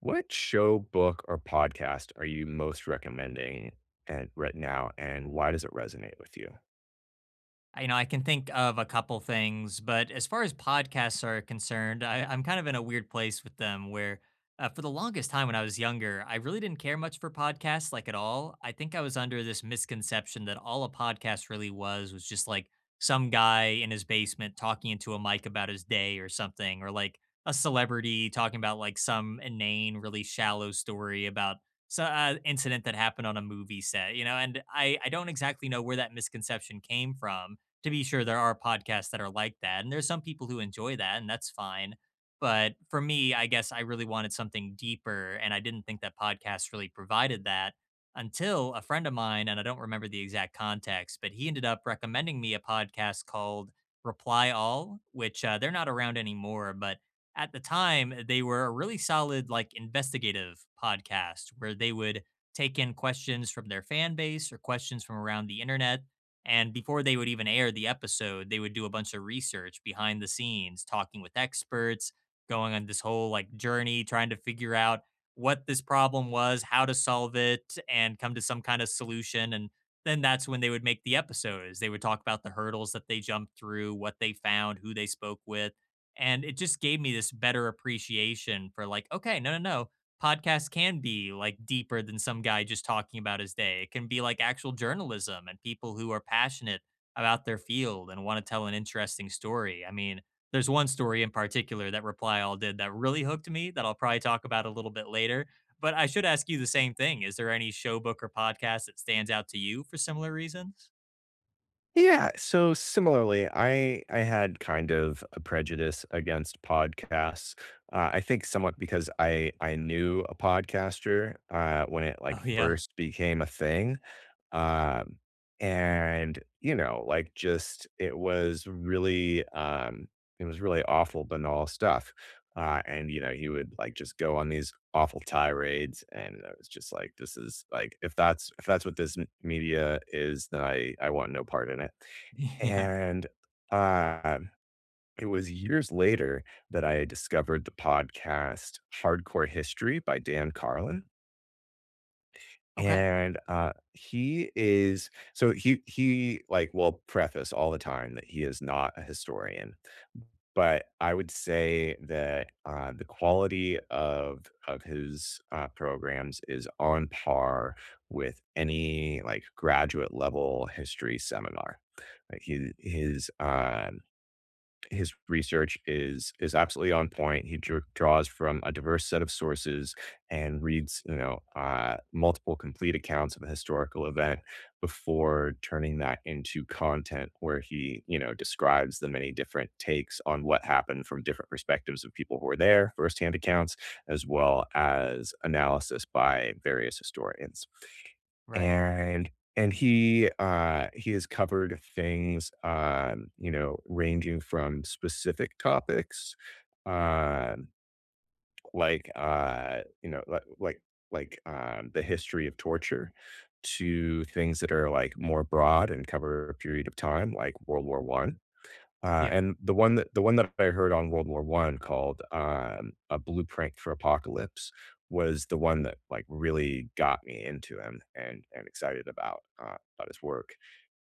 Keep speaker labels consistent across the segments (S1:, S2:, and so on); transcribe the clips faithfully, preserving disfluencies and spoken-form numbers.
S1: What show, book, or podcast are you most recommending and right now, and why does it resonate with you?
S2: I- You know, I can think of a couple things, but as far as podcasts are concerned, I, I'm kind of in a weird place with them where, uh, for the longest time when I was younger, I really didn't care much for podcasts, like at all. I think I was under this misconception that all a podcast really was was just like some guy in his basement talking into a mic about his day or something, or like a celebrity talking about like some inane, really shallow story about some uh, incident that happened on a movie set, you know? And I, I don't exactly know where that misconception came from. To be sure, there are podcasts that are like that, and there's some people who enjoy that, and that's fine. But for me, I guess I really wanted something deeper, and I didn't think that podcasts really provided that until a friend of mine, and I don't remember the exact context, but he ended up recommending me a podcast called Reply All, which uh, they're not around anymore, but at the time they were a really solid like investigative podcast where they would take in questions from their fan base or questions from around the internet, and before they would even air the episode, they would do a bunch of research behind the scenes, talking with experts, going on this whole like journey, trying to figure out what this problem was, how to solve it, and come to some kind of solution. And then that's when they would make the episodes. They would talk about the hurdles that they jumped through, what they found, who they spoke with. And it just gave me this better appreciation for like, okay, no, no, no, podcasts can be like deeper than some guy just talking about his day. It can be like actual journalism and people who are passionate about their field and want to tell an interesting story. I mean, there's one story in particular that Reply All did that really hooked me that I'll probably talk about a little bit later. But I should ask you the same thing. Is there any show, book, or podcast that stands out to you for similar reasons?
S1: Yeah, so similarly, I I had kind of a prejudice against podcasts. Uh, I think somewhat because I I knew a podcaster uh, when it like
S2: Oh, yeah.
S1: first became a thing, um, and you know, like just it was really um, it was really awful, banal stuff. Uh, and, you know, he would like just go on these awful tirades, and I was just like, "This is like, if that's if that's what this m- media is, then I I want no part in it."
S2: Yeah.
S1: And um, it was years later that I discovered the podcast "Hardcore History" by Dan Carlin,
S2: Okay.
S1: and, uh, he is so he he, like, will preface all the time that he is not a historian, but I would say that, uh, the quality of of his, uh, programs is on par with any, like, graduate level history seminar. Like, he his, um his research is is absolutely on point. He dr- draws from a diverse set of sources and reads, you know, uh, multiple complete accounts of a historical event before turning that into content where he, you know, describes the many different takes on what happened from different perspectives of people who were there, firsthand accounts, as well as analysis by various historians
S2: Right.
S1: and and he uh he has covered things um you know ranging from specific topics um like uh you know li- like like um the history of torture, to things that are like more broad and cover a period of time like World War One. uh,
S2: Yeah.
S1: and the one that the one that I heard on World War One called um, "A Blueprint for Apocalypse" was the one that like really got me into him and and excited about uh, about his work.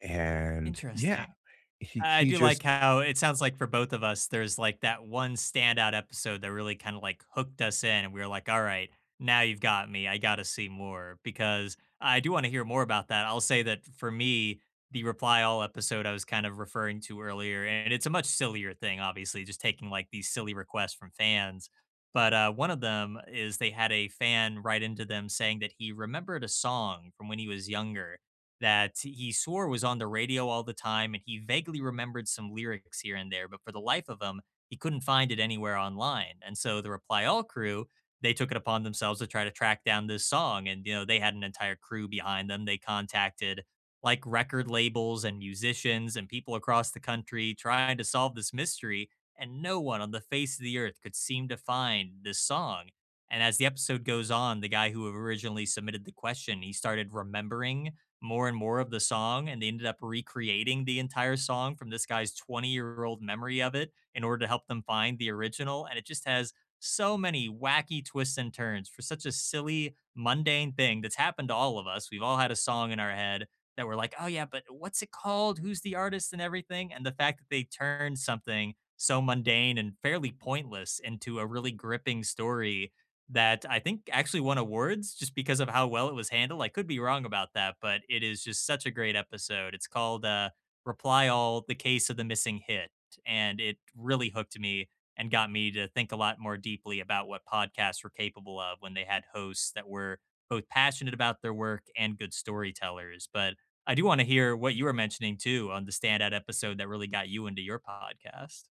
S1: And yeah,
S2: Interesting.
S1: he
S2: I
S1: he
S2: do like
S1: just
S2: how it sounds like for both of us, there's like that one standout episode that really kind of like hooked us in, and we were like, "All right, now you've got me. I got to see more." Because I do want to hear more about that. I'll say that for me, the Reply All episode I was kind of referring to earlier, and it's a much sillier thing, obviously, just taking like these silly requests from fans. But uh, one of them is they had a fan write into them saying that he remembered a song from when he was younger that he swore was on the radio all the time, and he vaguely remembered some lyrics here and there, but for the life of him, he couldn't find it anywhere online. And so the Reply All crew, they took it upon themselves to try to track down this song. And, you know, they had an entire crew behind them. They contacted like record labels and musicians and people across the country trying to solve this mystery. And no one on the face of the earth could seem to find this song. And as the episode goes on, the guy who originally submitted the question, he started remembering more and more of the song, and they ended up recreating the entire song from this guy's twenty year old memory of it in order to help them find the original. And it just has so many wacky twists and turns for such a silly, mundane thing that's happened to all of us. We've all had a song in our head that we're like, oh yeah, but what's it called, who's the artist, and everything. And the fact that they turned something so mundane and fairly pointless into a really gripping story that I think actually won awards just because of how well it was handled. I could be wrong about that, but it is just such a great episode. It's called uh, Reply All, The Case of the Missing Hit. And it really hooked me and got me to think a lot more deeply about what podcasts were capable of when they had hosts that were both passionate about their work and good storytellers. But I do want to hear what you were mentioning too on the standout episode that really got you into your podcast.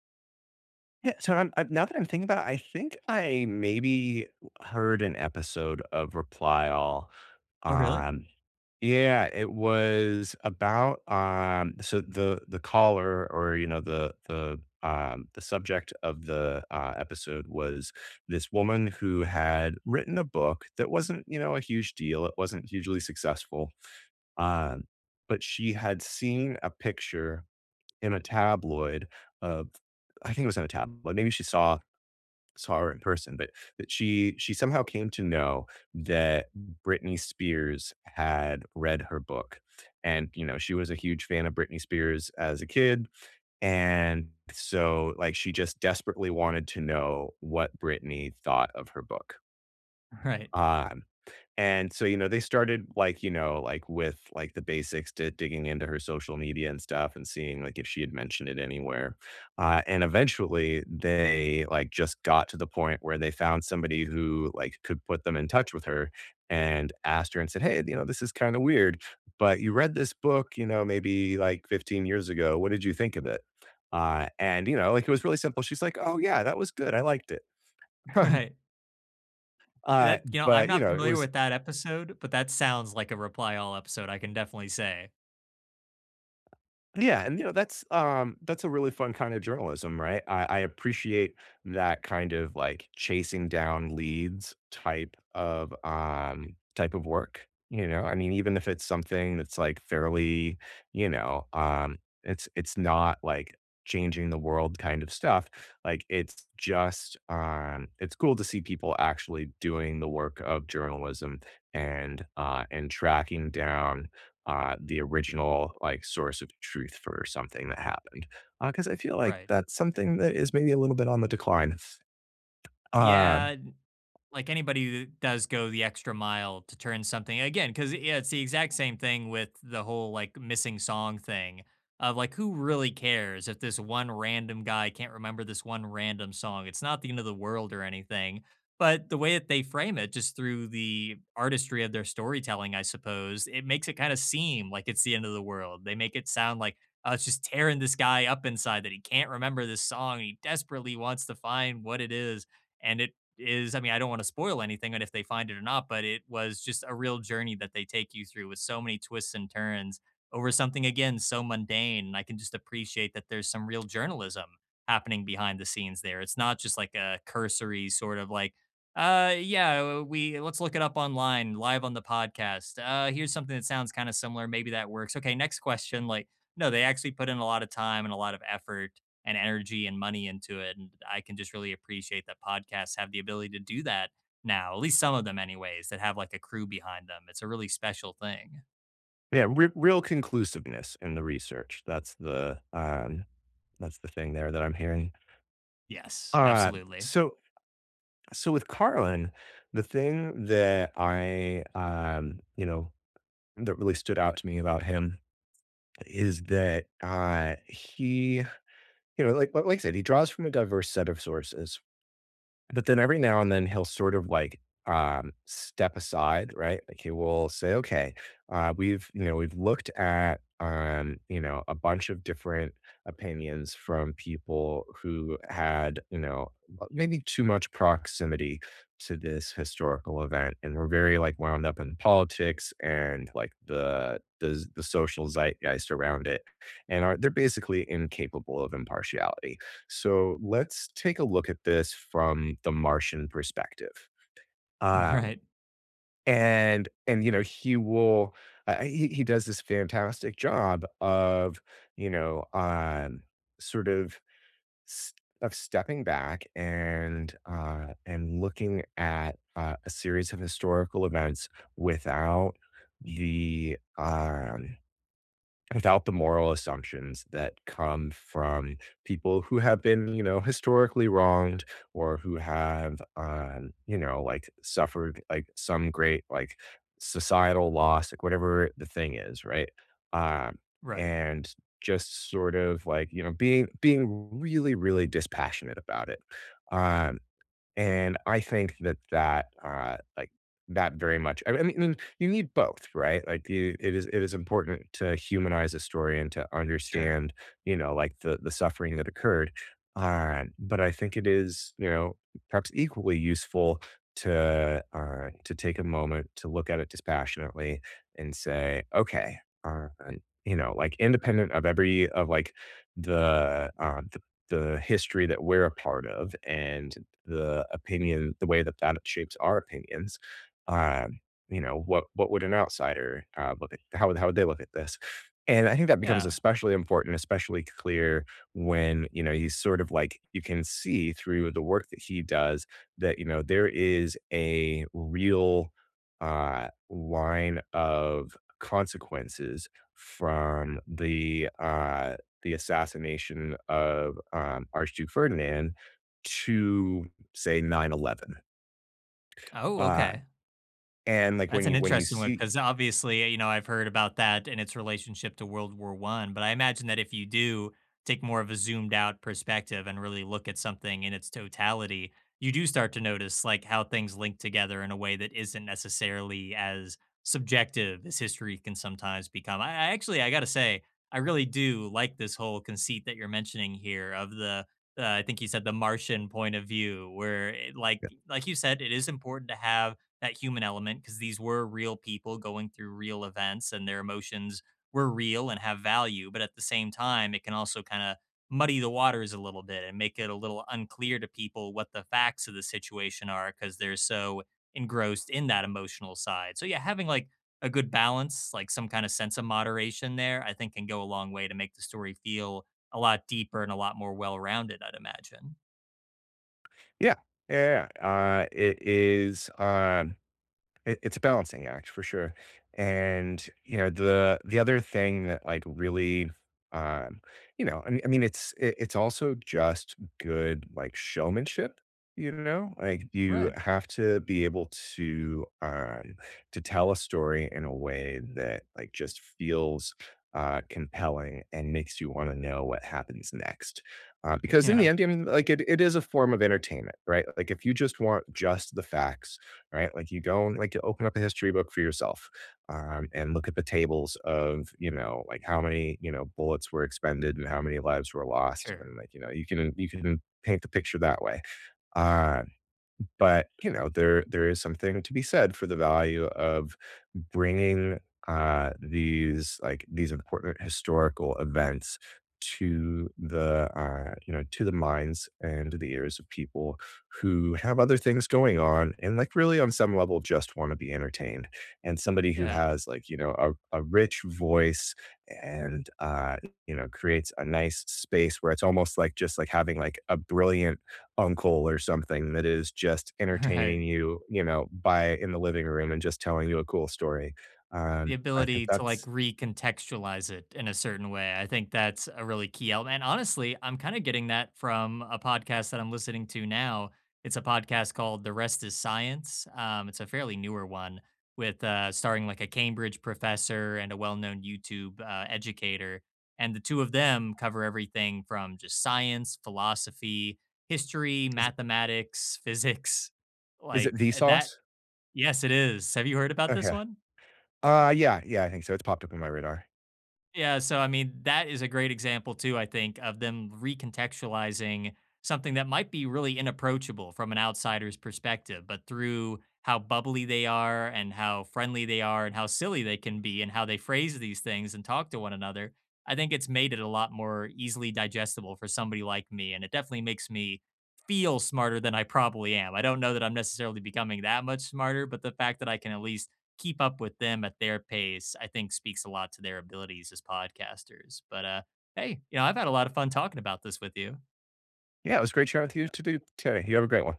S1: yeah. So I'm, I, now that I'm thinking about it, I think I maybe heard an episode of Reply All.
S2: Oh, really?
S1: Um, Yeah, it was about, um so the the caller or, you know, the the, um the subject of the, uh, episode was this woman who had written a book that wasn't, you know, a huge deal. It wasn't hugely successful, um, but she had seen a picture in a tabloid of, I think it was in a tabloid. Maybe she saw saw her in person, but that she she somehow came to know that Britney Spears had read her book. And, you know, she was a huge fan of Britney Spears as a kid. And so like she just desperately wanted to know what Britney thought of her book
S2: Right.
S1: on. And so, you know, they started like, you know, like with like the basics to digging into her social media and stuff and seeing like if she had mentioned it anywhere. Uh, and eventually they like just got to the point where they found somebody who like could put them in touch with her and asked her and said, "Hey, you know, this is kind of weird, but you read this book, you know, maybe like fifteen years ago. What did you think of it?" Uh, and you know, like it was really simple. She's like, "Oh yeah, that was good. I liked it."
S2: Right.
S1: uh,
S2: That, you know, I'm
S1: but you
S2: not
S1: know, it
S2: familiar
S1: was,
S2: with that episode, but that sounds like a Reply All episode, I can definitely say.
S1: yeah, and, you know, that's, um, that's a really fun kind of journalism, right? I I appreciate that kind of, like, chasing down leads type of, um type of work, you know? I mean, even if it's something that's, like, fairly, you know, um, it's it's not, like, changing the world kind of stuff, like, it's just, um it's cool to see people actually doing the work of journalism and, uh, and tracking down uh, the original like source of truth for something that happened because I feel like
S2: Right.
S1: that's something that is maybe a little bit on the decline. Uh,
S2: Yeah, like anybody that does go the extra mile to turn something, again, because yeah, it's the exact same thing with the whole like missing song thing, of like who really cares if this one random guy can't remember this one random song, it's not the end of the world or anything, but the way that they frame it, just through the artistry of their storytelling, I suppose, it makes it kind of seem like it's the end of the world. They make it sound like, oh, it's just tearing this guy up inside that he can't remember this song and he desperately wants to find what it is. And it is. I mean, I don't want to spoil anything on if they find it or not, but it was just a real journey that they take you through with so many twists and turns over something, again, so mundane. And I can just appreciate that there's some real journalism happening behind the scenes there. It's not just like a cursory sort of like, uh yeah uh, we, let's look it up online live on the podcast, uh here's something that sounds kind of similar, maybe that works, okay, next question, like, no, they actually put in a lot of time and a lot of effort and energy and money into it. And I can just really appreciate that podcasts have the ability to do that now, at least some of them, anyways, that have like a crew behind them. It's a really special thing.
S1: yeah, re- Real conclusiveness in the research. That's the um, that's the thing there that I'm hearing.
S2: Yes,
S1: Uh,
S2: absolutely.
S1: so so with Carlin, the thing that I um, you know that really stood out to me about him is that uh, he you know like like like I said he draws from a diverse set of sources. But then every now and then he'll sort of like, um, step aside, right? Like he will say, okay, uh, we've, you know, we've looked at, um, you know, a bunch of different opinions from people who had, you know, well, maybe too much proximity to this historical event. And we're very like wound up in politics and like the, the, the social zeitgeist around it. And are, they're basically incapable of impartiality, so let's take a look at this from the Martian perspective. Uh,
S2: Right,
S1: and and you know he will uh, he, he does this fantastic job of you know um, sort of s- of stepping back and uh, and looking at uh, a series of historical events without the um, without the moral assumptions that come from people who have been, you know, historically wronged or who have, um, you know, like suffered like some great like societal loss, like whatever the thing is, right? Um,
S2: right.
S1: and just sort of like you know being being really really dispassionate about it. Um, and I think that that, uh, like, that very much I mean and you need both, right? Like, you it is it is important to humanize a story and to
S2: Sure.
S1: understand, you know, like, the the suffering that occurred, uh, but I think it is, you know, perhaps equally useful to, uh, to take a moment to look at it dispassionately and say, "Okay," uh, you know, like, independent of every of, like, the, uh, the the history that we're a part of and the opinion the way that that shapes our opinions. Um, you know, what what would an outsider uh, look at? How would how would they look at this? And I think that becomes
S2: Yeah.
S1: especially important, especially clear when you know he's sort of like you can see through the work that he does that you know there is a real uh, line of consequences from the uh, the assassination of um, Archduke Ferdinand to, say, nine eleven.
S2: Oh,
S1: Uh,
S2: okay.
S1: and like
S2: That's
S1: when
S2: an
S1: you when you
S2: interesting one
S1: see
S2: because obviously, eh, you know, I've heard about that and its relationship to World War One. But I imagine that if you do take more of a zoomed out perspective and really look at something in its totality, you do start to notice, like, how things link together in a way that isn't necessarily as subjective as history can sometimes become. I I actually, I gotta say, I really do like this whole conceit that you're mentioning here of the, uh, I think you said the Martian point of view, where it like
S1: yeah.
S2: like you said, it is important to have that human element because these were real people going through real events and their emotions were real and have value. But at the same time, it can also kind of muddy the waters a little bit and make it a little unclear to people what the facts of the situation are because they're so engrossed in that emotional side. So, yeah, having like a good balance, like some kind of sense of moderation there, I think can go a long way to make the story feel a lot deeper and a lot more well rounded, I'd imagine.
S1: Yeah, yeah, yeah. Uh, it is, uh it it's a balancing act for sure. And, you know, the the other thing that, like, really, um, you know, I mean I mean, it's it it's also just good, like, showmanship, you know? Like, you
S2: Right.
S1: have to be able to, um, to tell a story in a way that, like, just feels, uh, compelling and makes you wanna know what happens next. Uh, because in the
S2: Yeah,
S1: end, I mean, like, it it is a form of entertainment, right? Like, if you just want just the facts, right? Like, you go and, like, you open up a history book for yourself, um, and look at the tables of, you know, like, how many, you know, bullets were expended and how many lives were lost, and,
S2: sure.
S1: like, you know, you can you can paint the picture that way. Uh but, you know, there there is something to be said for the value of bringing, uh, these, like, these important historical events to the, uh, you know, to the minds and to the ears of people who have other things going on and, like, really on some level just wanna be entertained. And somebody who
S2: Yeah.
S1: has, like, you know, a a rich voice and, uh, you know, creates a nice space where it's almost like just like having, like, a brilliant uncle or something that is just
S2: All right.
S1: entertaining you, you know, by in the living room and just telling you a cool story.
S2: The
S1: Um, I think
S2: ability to, like,
S1: that's
S2: recontextualize it in a certain way, I think that's a really key element, and honestly, I'm kinda getting that from a podcast that I'm listening to now. It's a podcast called The Rest Is Science, um, it's a fairly newer one with, uh starring, like, a Cambridge professor and a well-known YouTube, uh, educator, and the two of them cover everything from just science, philosophy, history,
S1: is
S2: mathematics, physics,
S1: is it
S2: like, eh,
S1: Vsauce?
S2: that... Yes, it is. Have you heard about this
S1: Okay.
S2: one?
S1: Uh, yeah, yeah, I think so. It's popped up on my radar.
S2: Yeah, so I mean, that is a great example too, I think, of them recontextualizing something that might be really inapproachable from an outsider's perspective, but through how bubbly they are and how friendly they are and how silly they can be and how they phrase these things and talk to one another, I think it's made it a lot more easily digestible for somebody like me. And it definitely makes me feel smarter than I probably am. I don't know that I'm necessarily becoming that much smarter, but the fact that I can at least keep up with them at their pace, I think speaks a lot to their abilities as podcasters. But uh, hey, you know, I've had a lot of fun talking about this with you.
S1: Yeah, it was great chatting with you to do today. You have a great one.